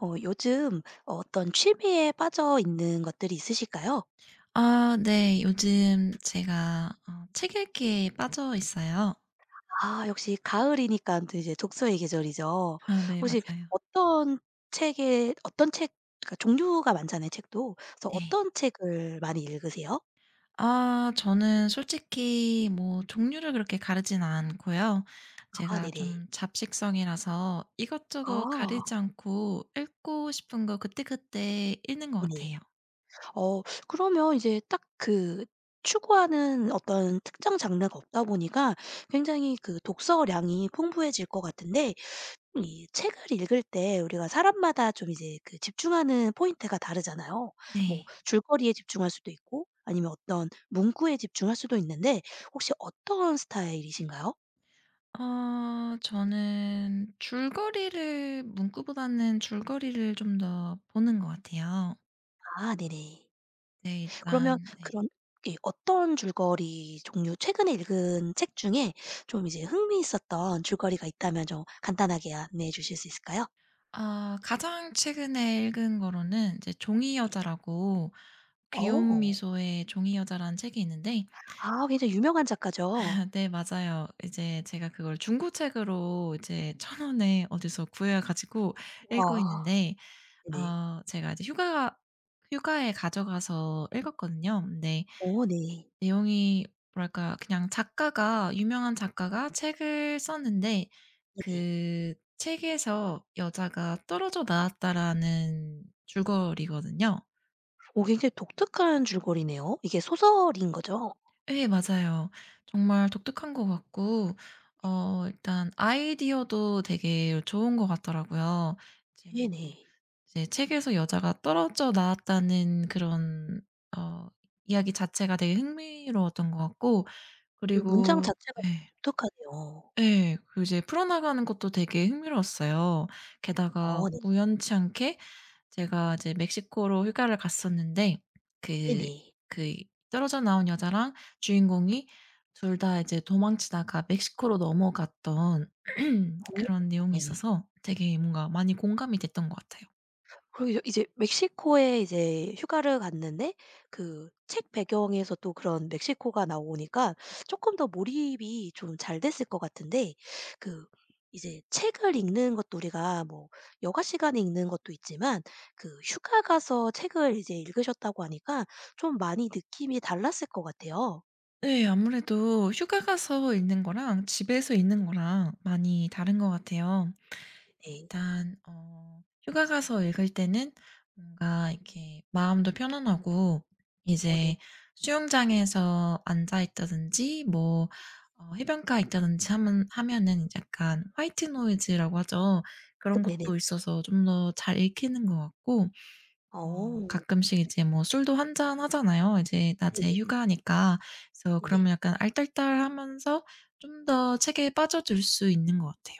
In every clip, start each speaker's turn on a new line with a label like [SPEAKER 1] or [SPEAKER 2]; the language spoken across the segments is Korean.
[SPEAKER 1] 요즘 어떤 취미에 빠져 있는 것들이 있으실까요?
[SPEAKER 2] 아 네. 요즘 제가 책 읽기에 빠져 있어요.
[SPEAKER 1] 아, 역시 가을이니까 또 이제 독서의 계절이죠.
[SPEAKER 2] 아 네.
[SPEAKER 1] 혹시
[SPEAKER 2] 맞아요.
[SPEAKER 1] 어떤 책에, 어떤 책, 그러니까 종류가 많잖아요, 책도. 그래서
[SPEAKER 2] 네.
[SPEAKER 1] 어떤 책을 많이 읽으세요?
[SPEAKER 2] 아 저는 솔직히 뭐 종류를 그렇게 가르진 않고요.
[SPEAKER 1] 아,
[SPEAKER 2] 제가
[SPEAKER 1] 네네.
[SPEAKER 2] 좀 잡식성이라서 이것저것
[SPEAKER 1] 아,
[SPEAKER 2] 가리지 않고 읽고 싶은 거 그때그때 읽는 것
[SPEAKER 1] 네네.
[SPEAKER 2] 같아요.
[SPEAKER 1] 어, 그러면 이제 딱 그 추구하는 어떤 특정 장르가 없다 보니까 굉장히 그 독서량이 풍부해질 것 같은데 이 책을 읽을 때 우리가 사람마다 좀 이제 그 집중하는 포인트가 다르잖아요. 뭐
[SPEAKER 2] 네.
[SPEAKER 1] 줄거리에 집중할 수도 있고 아니면 어떤 문구에 집중할 수도 있는데 혹시 어떤 스타일이신가요?
[SPEAKER 2] 저는 줄거리를 문구보다는 줄거리를 좀 더 보는 것 같아요.
[SPEAKER 1] 아 네네.
[SPEAKER 2] 네
[SPEAKER 1] 그러면
[SPEAKER 2] 일단 네.
[SPEAKER 1] 그런 이 어떤 줄거리 종류 최근에 읽은 책 중에 좀 이제 흥미있었던 줄거리가 있다면 좀 간단하게 안내해 주실 수 있을까요?
[SPEAKER 2] 아 가장 최근에 읽은 거로는 이제 종이
[SPEAKER 1] 네네.
[SPEAKER 2] 여자라고 귀운
[SPEAKER 1] 어.
[SPEAKER 2] 미소의 종이 여자라는 책이 있는데
[SPEAKER 1] 아 굉장히 유명한 작가죠.
[SPEAKER 2] 네 맞아요. 이제 제가 그걸 중고책으로 이제 천 원에 어디서 구해 가지고 읽고
[SPEAKER 1] 와.
[SPEAKER 2] 있는데
[SPEAKER 1] 네네.
[SPEAKER 2] 제가 이제 휴가에 가져가서 읽었거든요. 근데
[SPEAKER 1] 오, 네.
[SPEAKER 2] 내용이 뭐랄까 그냥 작가가 유명한 작가가 책을 썼는데
[SPEAKER 1] 네네.
[SPEAKER 2] 그 책에서 여자가 떨어져 나왔다라는 줄거리거든요.
[SPEAKER 1] 오 굉장히 독특한 줄거리네요. 이게 소설인 거죠?
[SPEAKER 2] 예 맞아요. 정말 독특한 것 같고 일단 아이디어도 되게 좋은 것 같더라고요. 이제 뭐
[SPEAKER 1] 네네.
[SPEAKER 2] 이제 책에서 여자가 떨어져 나왔다는 그런 어 이야기 자체가 되게 흥미로웠던 것 같고
[SPEAKER 1] 그 문장
[SPEAKER 2] 그리고
[SPEAKER 1] 자체가 굉장히
[SPEAKER 2] 예.
[SPEAKER 1] 독특하네요.
[SPEAKER 2] 예. 그 이제 풀어나가는 것도 되게 흥미로웠어요. 게다가
[SPEAKER 1] 어 네.
[SPEAKER 2] 우연치 않게 제가 이제 멕시코로 휴가를 갔었는데 그
[SPEAKER 1] 네네.
[SPEAKER 2] 그 떨어져 나온 여자랑 주인공이 둘 다 이제 도망치다가 멕시코로 넘어갔던
[SPEAKER 1] 어
[SPEAKER 2] 그런 내용이
[SPEAKER 1] 네네.
[SPEAKER 2] 있어서 되게 뭔가 많이 공감이 됐던 것 같아요.
[SPEAKER 1] 그리고 이제 멕시코에 이제 휴가를 갔는데 그 책 배경에서 또 그런 멕시코가 나오니까 쪼끔 더 몰입이 좀 잘 됐을 것 같은데 그 이제 책을 읽는 것도 우리가 뭐 여가 시간에 읽는 것도 있지만 그 휴가 가서 책을 이제 읽으셨다고 하니까 좀 많이 느낌이 달랐을 것 같아요.
[SPEAKER 2] 네. 아무래도 휴가 가서 읽는 거랑 집에서 읽는 거랑 많이 다른 것 같아요.
[SPEAKER 1] 네.
[SPEAKER 2] 일단 휴가 가서 읽을 때는 뭔가 이렇게 마음도 편안하고
[SPEAKER 1] 어 네.
[SPEAKER 2] 이제 수영장에서 앉아 있다든지 뭐 해변가에 있다든지 하면은 약간 화이트 노이즈라고 하죠.
[SPEAKER 1] 그
[SPEAKER 2] 그런
[SPEAKER 1] 네네네.
[SPEAKER 2] 것도 있어서 좀 더 잘 읽히는 것 같고
[SPEAKER 1] 어.
[SPEAKER 2] 가끔씩 이제 뭐 술도 한 잔 하잖아요, 이제 낮에
[SPEAKER 1] 네네.
[SPEAKER 2] 휴가니까. 그래서
[SPEAKER 1] 네네.
[SPEAKER 2] 그러면 약간 알딸딸하면서 좀 더 책에 빠져들 수 있는 것 같아요.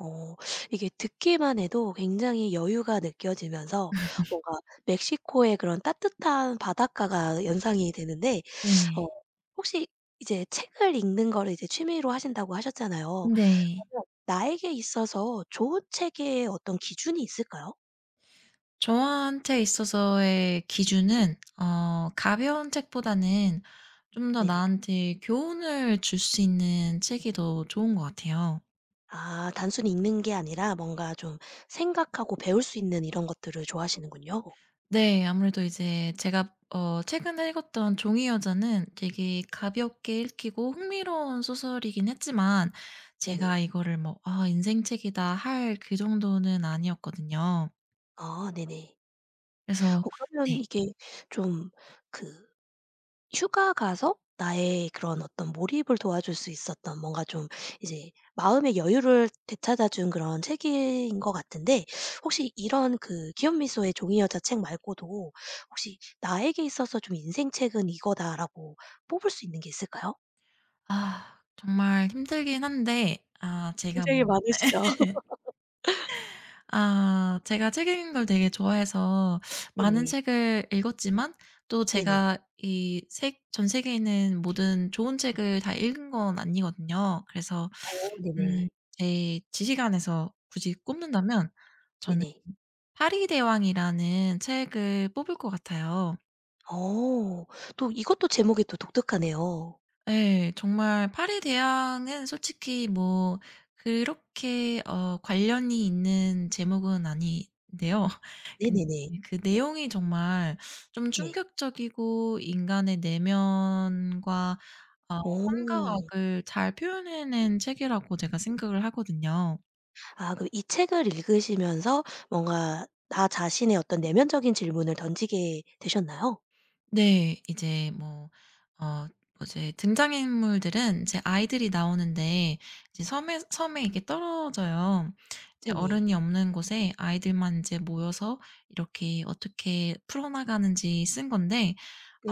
[SPEAKER 1] 어 이게 듣기만 해도 굉장히 여유가 느껴지면서 뭔가 멕시코의 그런 따뜻한 바닷가가 연상이 되는데 어
[SPEAKER 2] 네.
[SPEAKER 1] 혹시 이제 책을 읽는 거를 이제 취미로 하신다고 하셨잖아요.
[SPEAKER 2] 네.
[SPEAKER 1] 그러면 나에게 있어서 좋은 책의 어떤 기준이 있을까요?
[SPEAKER 2] 저한테 있어서의 기준은 가벼운 책보다는 좀 더
[SPEAKER 1] 네네.
[SPEAKER 2] 나한테 교훈을 줄 수 있는 책이 더 좋은 것 같아요.
[SPEAKER 1] 아 단순히 읽는 게 아니라 뭔가 좀 생각하고 배울 수 있는 이런 것들을 좋아하시는군요.
[SPEAKER 2] 네. 아무래도 이제 제가 최근에 읽었던 종이 여자는 되게 가볍게 읽히고 흥미로운 소설이긴 했지만 제가
[SPEAKER 1] 네네.
[SPEAKER 2] 이거를 뭐 '아 인생책이다.' 할 그 정도는 아니었거든요.
[SPEAKER 1] 아 네네.
[SPEAKER 2] 그래서 네.
[SPEAKER 1] 그러면 이게 좀그 휴가 가서 나의 그런 어떤 몰입을 도와줄 수 있었던 뭔가 좀 이제 마음의 여유를 되찾아 준 그런 책인 것 같은데 혹시 이런 그 기현미소의 종이 여자 책 말고도 혹시 '나에게 있어서 좀 인생 책은 이거다.'라고 뽑을 수 있는 게 있을까요?
[SPEAKER 2] 아 정말 힘들긴 한데 아 제가
[SPEAKER 1] 굉장히
[SPEAKER 2] 뭐
[SPEAKER 1] 많으시죠?
[SPEAKER 2] 아 제가 책 읽는 걸 되게 좋아해서 많은
[SPEAKER 1] 네네.
[SPEAKER 2] 책을 읽었지만 또
[SPEAKER 1] 네네.
[SPEAKER 2] 제가 이 책 전 세계에 있는 모든 좋은 책을 다 읽은 건 아니거든요. 그래서
[SPEAKER 1] 어
[SPEAKER 2] 음
[SPEAKER 1] 네네.
[SPEAKER 2] 제 지식 안에서 굳이 꼽는다면 저는
[SPEAKER 1] 네네.
[SPEAKER 2] 파리 대왕이라는 책을 뽑을 것 같아요.
[SPEAKER 1] 어. 또 이것도 제목이 또 독특하네요.
[SPEAKER 2] 예. 정말 파리 대항은 솔직히 뭐 그렇게 관련이 있는 제목은 아닌데요. 근데
[SPEAKER 1] 네네네.
[SPEAKER 2] 그 내용이 정말 좀
[SPEAKER 1] 네.
[SPEAKER 2] 충격적이고 인간의 내면과 어 선과
[SPEAKER 1] 어.
[SPEAKER 2] 악을 잘 표현해 낸 책이라고 제가 생각을 하거든요.
[SPEAKER 1] 아 그럼 이 책을 읽으시면서 뭔가 나 자신의 어떤 내면적인 질문을 던지게 되셨나요?
[SPEAKER 2] 네. 이제 뭐 어 뭐 이제 등장인물들은 이제 아이들이 나오는데 이제 섬에 이렇게 떨어져요. 이제
[SPEAKER 1] 네네.
[SPEAKER 2] 어른이 없는 곳에 아이들만 이제 모여서 이렇게 어떻게 풀어나가는지 쓴 건데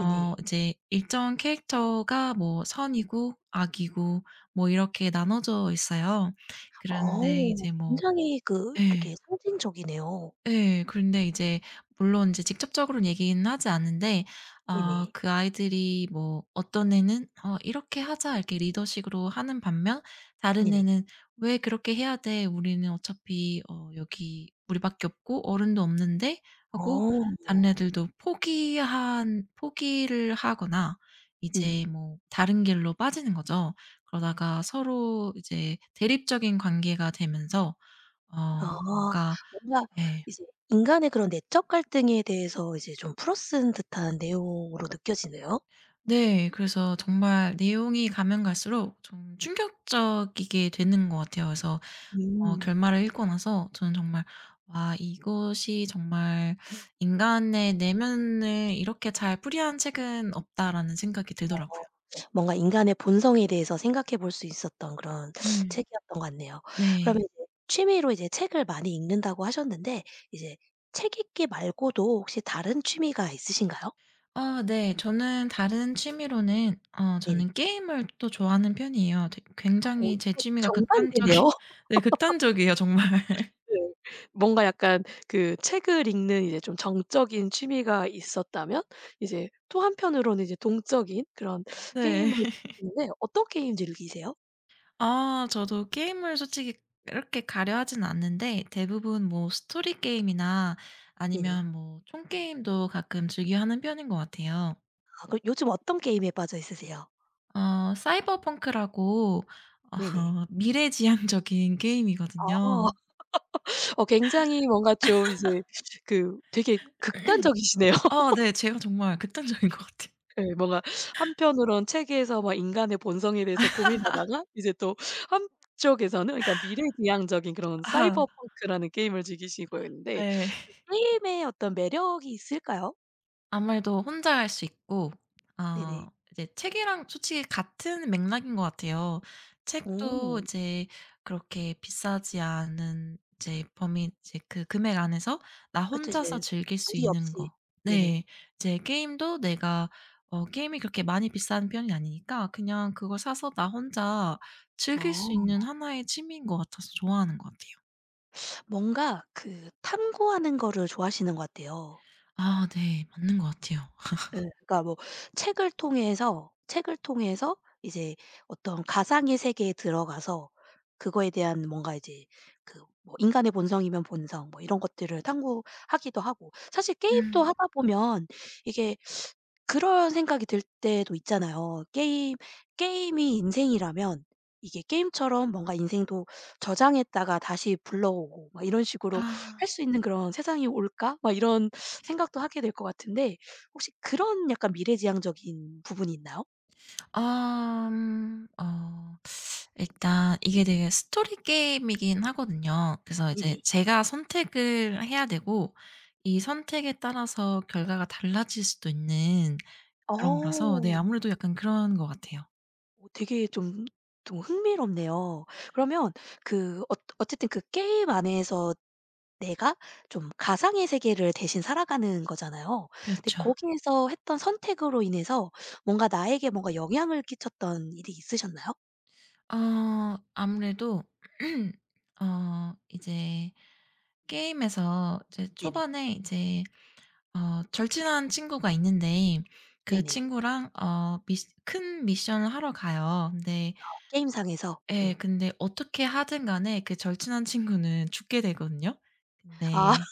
[SPEAKER 2] 이제 일정 캐릭터가 뭐 선이고 악이고 뭐 이렇게 나눠져 있어요. 그런데 이제 뭐
[SPEAKER 1] 굉장히 그
[SPEAKER 2] 예.
[SPEAKER 1] 이렇게 상징적이네요.
[SPEAKER 2] 예. 근데 이제 물론 이제 직접적으로는 얘기는 하지 않는데
[SPEAKER 1] 네네.
[SPEAKER 2] 그 아이들이 뭐 어떤 애는 "어 이렇게 하자." 이렇게 리더식으로 하는 반면 다른
[SPEAKER 1] 네네.
[SPEAKER 2] 애는 "왜 그렇게 해야 돼? 우리는 어차피 여기 우리밖에 없고 어른도 없는데." 하고 다른
[SPEAKER 1] 어.
[SPEAKER 2] 애들도 포기한 포기를 하거나
[SPEAKER 1] 음.
[SPEAKER 2] 이제 뭐 다른 길로 빠지는 거죠. 그러다가 서로 이제 대립적인 관계가 되면서
[SPEAKER 1] 아
[SPEAKER 2] 뭔가
[SPEAKER 1] 뭔가
[SPEAKER 2] 예.
[SPEAKER 1] 이제 인간의 그런 내적 갈등에 대해서 이제 좀 풀어쓴 듯한 내용으로 느껴지네요.
[SPEAKER 2] 네. 그래서 정말 내용이 가면 갈수록 좀 충격적이게 되는 것 같아요. 그래서
[SPEAKER 1] 음.
[SPEAKER 2] 결말을 읽고 나서 저는 정말 '와 이것이 정말 인간의 내면을 이렇게 잘 풀이한 책은 없다.'라는 생각이 들더라고요.
[SPEAKER 1] 뭔가 인간의 본성에 대해서 생각해 볼 수 있었던 그런
[SPEAKER 2] 음.
[SPEAKER 1] 책이었던 것 같네요.
[SPEAKER 2] 네.
[SPEAKER 1] 그러면 이제 취미로 이제 책을 많이 읽는다고 하셨는데 이제 책 읽기 말고도 혹시 다른 취미가 있으신가요?
[SPEAKER 2] 아, 네. 저는 다른 취미로는
[SPEAKER 1] 네네.
[SPEAKER 2] 저는 게임을 또 좋아하는 편이에요. 되게
[SPEAKER 1] 오,
[SPEAKER 2] 굉장히 제
[SPEAKER 1] 되게
[SPEAKER 2] 취미가 극단적이
[SPEAKER 1] 정반대네요.
[SPEAKER 2] 네 극단적이에요 정말.
[SPEAKER 1] 네. 뭔가 약간 그 책을 읽는 이제 좀 정적인 취미가 있었다면 이제 또 한편으로는 이제 동적인 그런
[SPEAKER 2] 네.
[SPEAKER 1] 게임을 즐기는데 어떤 게임 즐기세요?
[SPEAKER 2] 아 저도 게임을 솔직히 이렇게 가려하진 않는데 대부분 뭐 스토리 게임이나
[SPEAKER 1] 네네.
[SPEAKER 2] 아니면 뭐 총 게임도 가끔 즐겨 하는 편인 것 같아요.
[SPEAKER 1] 아 그럼 요즘 어떤 게임에 빠져 있으세요?
[SPEAKER 2] 사이버펑크라고 어
[SPEAKER 1] 네네.
[SPEAKER 2] 미래지향적인
[SPEAKER 1] 아.
[SPEAKER 2] 게임이거든요.
[SPEAKER 1] 어 굉장히 뭔가 좀 이제 그 되게 극단적이시네요.
[SPEAKER 2] 네. 제가 정말 극단적인 것 같아요.
[SPEAKER 1] 예 뭔가 한편으론 책에서 막 인간의 본성에 대해서 고민하다가 이제 또 한쪽에서는 그러니까 미래지향적인 그런
[SPEAKER 2] 아
[SPEAKER 1] 사이버펑크라는 게임을 즐기시고 있는데
[SPEAKER 2] 네.
[SPEAKER 1] 그 게임의 어떤 매력이 있을까요?
[SPEAKER 2] 아무래도 혼자 할 수 있고
[SPEAKER 1] 네네.
[SPEAKER 2] 이제 책이랑 솔직히 같은 맥락인 것 같아요. 책도
[SPEAKER 1] 오.
[SPEAKER 2] 이제 그렇게 비싸지 않은 이제 범위 이제 그 금액 안에서 나
[SPEAKER 1] 그쵸
[SPEAKER 2] 혼자서
[SPEAKER 1] 이제
[SPEAKER 2] 즐길 수
[SPEAKER 1] 무리
[SPEAKER 2] 있는
[SPEAKER 1] 없이.
[SPEAKER 2] 거.
[SPEAKER 1] 네네.
[SPEAKER 2] 네. 이제 게임도 내가 게임이 그렇게 많이 비싼 편이 아니니까 그냥 그걸 사서 나 혼자 즐길 수
[SPEAKER 1] 어.
[SPEAKER 2] 있는 하나의 취미인 것 같아서 좋아하는 것 같아요.
[SPEAKER 1] 뭔가 그 탐구하는 거를 좋아하시는 것 같아요.
[SPEAKER 2] 아 네. 맞는 것 같아요.
[SPEAKER 1] 예. 그러니까 뭐 책을 통해서 이제 어떤 가상의 세계에 들어가서 그거에 대한 뭔가 이제 그 뭐 인간의 본성이면 본성 뭐 이런 것들을 탐구하기도 하고 사실 게임도
[SPEAKER 2] 음.
[SPEAKER 1] 하다 보면 이게 그런 생각이 들 때도 있잖아요. 게임이 인생이라면 이게 게임처럼 뭔가 인생도 저장했다가 다시 불러오고 막 이런 식으로
[SPEAKER 2] 아.
[SPEAKER 1] 할 수 있는 그런 세상이 올까? 막 이런 생각도 하게 될 것 같은데 혹시 그런 약간 미래지향적인 부분이 있나요?
[SPEAKER 2] 아 음 어. 일단 이게 되게 스토리 게임이긴 하거든요. 그래서 이제
[SPEAKER 1] 네네.
[SPEAKER 2] 제가 선택을 해야 되고 이 선택에 따라서 결과가 달라질 수도 있는 그런 거라서
[SPEAKER 1] 어.
[SPEAKER 2] 네 아무래도 약간 그런 것 같아요.
[SPEAKER 1] 어 되게 좀 좀 흥미롭네요. 그러면 그 어 어쨌든 그 게임 안에서 내가 좀 가상의 세계를 대신 살아가는 거잖아요. 근데
[SPEAKER 2] 그렇죠.
[SPEAKER 1] 거기에서 했던 선택으로 인해서 뭔가 나에게 뭔가 영향을 끼쳤던 일이 있으셨나요?
[SPEAKER 2] 아무래도 이제 게임에서 이제
[SPEAKER 1] 네네.
[SPEAKER 2] 초반에 이제 절친한 친구가 있는데 그
[SPEAKER 1] 네네.
[SPEAKER 2] 친구랑 어 미 큰 미션을 하러 가요. 근데
[SPEAKER 1] 게임상에서.
[SPEAKER 2] 예.
[SPEAKER 1] 예.
[SPEAKER 2] 근데 어떻게 하든 간에 그 절친한 친구는 죽게 되거든요. 음.
[SPEAKER 1] 아
[SPEAKER 2] 근데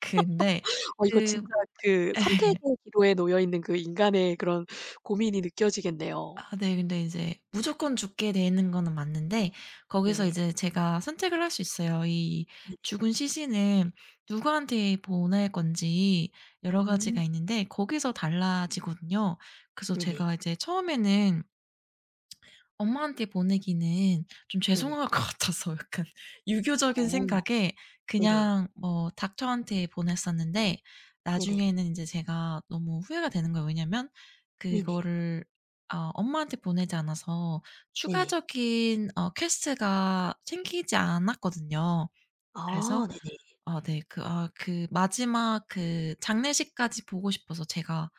[SPEAKER 2] 근데
[SPEAKER 1] 이거 진짜
[SPEAKER 2] 그
[SPEAKER 1] 그 선택의
[SPEAKER 2] 예.
[SPEAKER 1] 기로에 놓여 있는 그 인간의 그런 고민이 느껴지겠네요.
[SPEAKER 2] 아 네. 근데 이제 무조건 죽게 되는 거는 맞는데 거기서
[SPEAKER 1] 네네.
[SPEAKER 2] 이제 제가 선택을 할 수 있어요. 이
[SPEAKER 1] 네네.
[SPEAKER 2] 죽은 시신을 누구한테 보낼 건지 여러
[SPEAKER 1] 음.
[SPEAKER 2] 가지가 있는데 거기서 달라지거든요. 그래서
[SPEAKER 1] 네네.
[SPEAKER 2] 제가 이제 처음에는 엄마한테 보내기는 좀
[SPEAKER 1] 네네.
[SPEAKER 2] 죄송할 것 같아서 약간 유교적인
[SPEAKER 1] 어.
[SPEAKER 2] 생각에
[SPEAKER 1] 네네.
[SPEAKER 2] 그냥 뭐 닥터한테 보냈었는데
[SPEAKER 1] 네네.
[SPEAKER 2] 나중에는 이제 제가 너무 후회가 되는 거예요. 왜냐면
[SPEAKER 1] 네네.
[SPEAKER 2] 그거를 엄마한테 보내지 않아서
[SPEAKER 1] 네네.
[SPEAKER 2] 추가적인 퀘스트가 생기지 않았거든요. 그래서
[SPEAKER 1] 아 네네.
[SPEAKER 2] 아 네 그 마지막 그 장례식까지 보고 싶어서 제가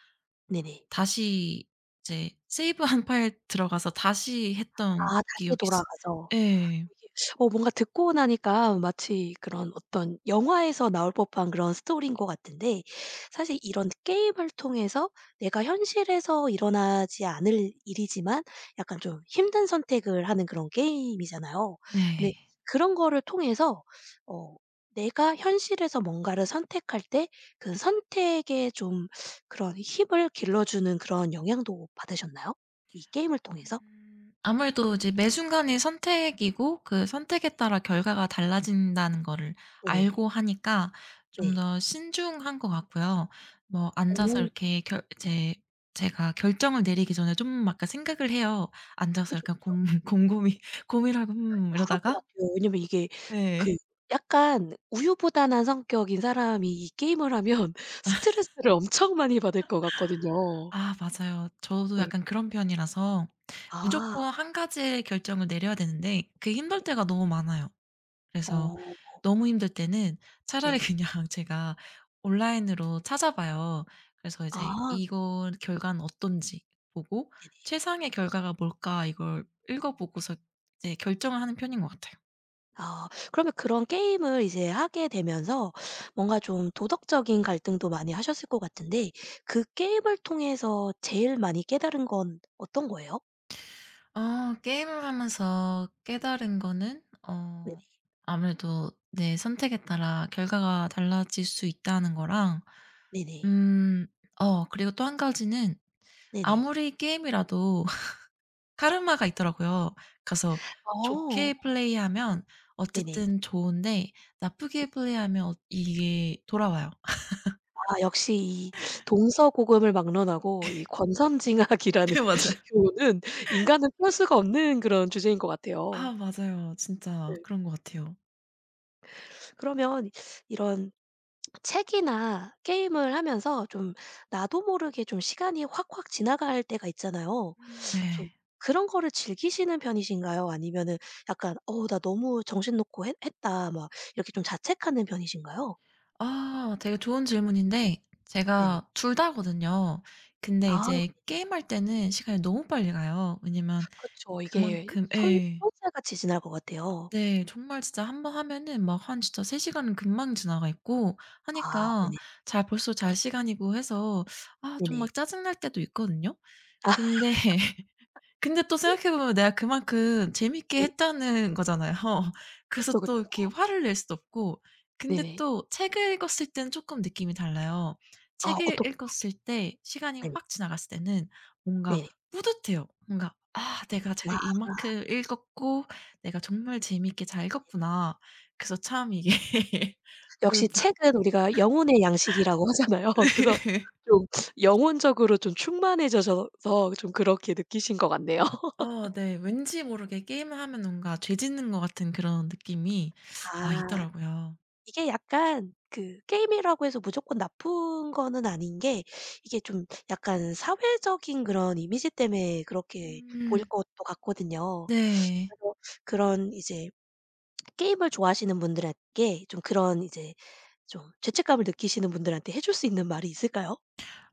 [SPEAKER 1] 네네.
[SPEAKER 2] 다시 이제 세이브한 파일 들어가서 다시 했던
[SPEAKER 1] 아 다시
[SPEAKER 2] 기억이 있어요.
[SPEAKER 1] 돌아가서.
[SPEAKER 2] 예.
[SPEAKER 1] 이게 뭔가 듣고 나니까 마치 그런 어떤 영화에서 나올 법한 그런 스토리인 것 같은데 사실 이런 게임을 통해서 내가 현실에서 일어나지 않을 일이지만 약간 좀 힘든 선택을 하는 그런 게임이잖아요. 근데
[SPEAKER 2] 네.
[SPEAKER 1] 그런 거를 통해서 어 내가 현실에서 뭔가를 선택할 때 그 선택에 좀 그런 힘을 길러주는 그런 영향도 받으셨나요? 이 게임을 통해서?
[SPEAKER 2] 아무래도 이제 매 순간이 선택이고 그 선택에 따라 결과가 달라진다는 거를
[SPEAKER 1] 네네.
[SPEAKER 2] 알고 하니까 좀
[SPEAKER 1] 네.
[SPEAKER 2] 더 신중한 것 같고요. 뭐 앉아서
[SPEAKER 1] 오.
[SPEAKER 2] 이렇게 결 이제 제가 결정을 내리기 전에 좀 약간 생각을 해요. 앉아서
[SPEAKER 1] 그쵸,
[SPEAKER 2] 약간
[SPEAKER 1] 그쵸.
[SPEAKER 2] 곰 곰곰이 고민하고
[SPEAKER 1] 그럴 것
[SPEAKER 2] 이러다가
[SPEAKER 1] 같아요. 왜냐면 이게 그
[SPEAKER 2] 네.
[SPEAKER 1] 약간 우유부단한 성격인 사람이 이 게임을 하면 스트레스를 엄청 많이 받을 것 같거든요.
[SPEAKER 2] 아 맞아요. 저도
[SPEAKER 1] 네.
[SPEAKER 2] 약간 그런 편이라서
[SPEAKER 1] 아.
[SPEAKER 2] 무조건 한 가지의 결정을 내려야 되는데 그게 힘들
[SPEAKER 1] 네
[SPEAKER 2] 때가 너무 많아요. 그래서
[SPEAKER 1] 어
[SPEAKER 2] 너무 힘들 때는 차라리
[SPEAKER 1] 네.
[SPEAKER 2] 그냥 제가 온라인으로 찾아봐요. 그래서 이제
[SPEAKER 1] 아
[SPEAKER 2] '이거 결과는 어떤지.' 보고
[SPEAKER 1] 네네.
[SPEAKER 2] '최상의 결과가 뭘까.' 이걸 읽어 보고서 이제 결정을 하는 편인 것 같아요.
[SPEAKER 1] 아 그러면 그런 게임을 이제 하게 되면서 뭔가 좀 도덕적인 갈등도 많이 하셨을 것 같은데 그 게임을 통해서 제일 많이 깨달은 건 어떤 거예요?
[SPEAKER 2] 게임을 하면서 깨달은 거는
[SPEAKER 1] 네네.
[SPEAKER 2] 어 아무래도 내 선택에 따라 결과가 달라질 수 있다는 거랑
[SPEAKER 1] 네네.
[SPEAKER 2] 음. 그리고 또 한 가지는
[SPEAKER 1] 네네.
[SPEAKER 2] 아무리 게임이라도 카르마가 있더라고요. 그래서
[SPEAKER 1] 어.
[SPEAKER 2] 좋게 플레이하면
[SPEAKER 1] 네네.
[SPEAKER 2] 어쨌든 좋은데 나쁘게 플레이하면 이게 돌아와요.
[SPEAKER 1] 아 역시 이 동서고금을 막론하고 이 권선징악이라는
[SPEAKER 2] 네 맞아요.
[SPEAKER 1] 교훈은 인간은 피할 수가 없는 그런 주제인 것
[SPEAKER 2] 아
[SPEAKER 1] 같아요.
[SPEAKER 2] 맞아요. 진짜
[SPEAKER 1] 네.
[SPEAKER 2] 그런 것 같아요.
[SPEAKER 1] 그러면 이런 책이나 게임을 하면서 좀 나도 모르게 좀 시간이 확확 지나갈 때가 있잖아요. 좀
[SPEAKER 2] 네.
[SPEAKER 1] 그런 거를 즐기시는 편이신가요? 아니면은 약간 '어 나 너무 정신 놓고 했 했다.' 막 이렇게 좀 자책하는 편이신가요?
[SPEAKER 2] 아 되게 좋은 질문인데
[SPEAKER 1] 네네.
[SPEAKER 2] 제가 둘 다거든요. 근데
[SPEAKER 1] 아
[SPEAKER 2] 이제 게임할 때는 시간이 너무 빨리 가요. 왜냐면
[SPEAKER 1] 그쵸. 이게
[SPEAKER 2] 그만큼
[SPEAKER 1] 손
[SPEAKER 2] 예.
[SPEAKER 1] 손살같이 지날 것 같아요.
[SPEAKER 2] 네. 정말 진짜 한번 하면은 막 한 진짜 3 시간은 금방 지나가 있고
[SPEAKER 1] 아
[SPEAKER 2] 하니까
[SPEAKER 1] 네네.
[SPEAKER 2] 잘 벌써 잘 시간이고 해서 아 좀
[SPEAKER 1] 네네.
[SPEAKER 2] 막 짜증날 때도 있거든요.
[SPEAKER 1] 아
[SPEAKER 2] 근데 근데 또 생각해 보면 내가 그만큼 재밌게
[SPEAKER 1] 네.
[SPEAKER 2] 했다는 거잖아요. 그래서
[SPEAKER 1] 그쵸,
[SPEAKER 2] 또
[SPEAKER 1] 그쵸.
[SPEAKER 2] 이렇게 화를 낼 수도 없고 근데
[SPEAKER 1] 네네.
[SPEAKER 2] 또 책을 읽었을 때는 쪼끔 느낌이 달라요.
[SPEAKER 1] 아
[SPEAKER 2] 책을
[SPEAKER 1] 어떡해요?
[SPEAKER 2] 읽었을 때 시간이
[SPEAKER 1] 네네.
[SPEAKER 2] 확 지나갔을 때는 뭔가
[SPEAKER 1] 네네.
[SPEAKER 2] 뿌듯해요. 뭔가 '아 내가 책을
[SPEAKER 1] 아
[SPEAKER 2] 이만큼 읽었고 내가 정말 재미있게 잘
[SPEAKER 1] 네네네.
[SPEAKER 2] 읽었구나.' 그래서 참 이게 둘
[SPEAKER 1] 역시
[SPEAKER 2] 다
[SPEAKER 1] 책은 우리가 영혼의 양식이라고 하잖아요. 그래서
[SPEAKER 2] 네.
[SPEAKER 1] 좀 영혼적으로 좀 충만해져셔서 좀 그렇게 느끼신 것 같네요.
[SPEAKER 2] 네. 왠지 모르게 게임을 하면 뭔가 죄 짓는 것 같은 그런 느낌이 아
[SPEAKER 1] 아
[SPEAKER 2] 있더라고요.
[SPEAKER 1] 이게 약간 그 게임이라고 해서 무조건 나쁜 거는 아닌 게 이게 좀 약간 사회적인 그런 이미지 때문에 그렇게 보일
[SPEAKER 2] 음.
[SPEAKER 1] 것도 같거든요.
[SPEAKER 2] 네.
[SPEAKER 1] 그래서 그런 이제 게임을 좋아하시는 분들에게 좀 그런 이제 좀 죄책감을 느끼시는 분들한테 해줄 수 있는 말이 있을까요?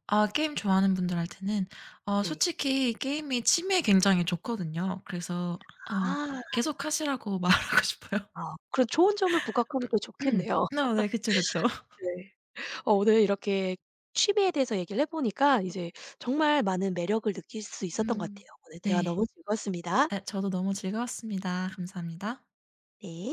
[SPEAKER 2] 아 게임 좋아하는 분들한테는
[SPEAKER 1] 네.
[SPEAKER 2] 솔직히 게임이 치매에 굉장히 좋거든요. 그래서 어
[SPEAKER 1] 아.
[SPEAKER 2] 계속 하시라고 말하고 싶어요.
[SPEAKER 1] 아 그런 좋은 점을 부각하면 더
[SPEAKER 2] 음.
[SPEAKER 1] 좋겠네요.
[SPEAKER 2] 네. 그쵸, 그쵸.
[SPEAKER 1] 네. 어 오늘 이렇게 취미에 대해서 얘기를 해 보니까 이제 정말 많은 매력을 느낄 수 있었던 것
[SPEAKER 2] 음.
[SPEAKER 1] 같아요. 오늘 대화
[SPEAKER 2] 네.
[SPEAKER 1] 너무 즐거웠습니다.
[SPEAKER 2] 아 저도 너무 즐거웠습니다. 감사합니다.
[SPEAKER 1] 네.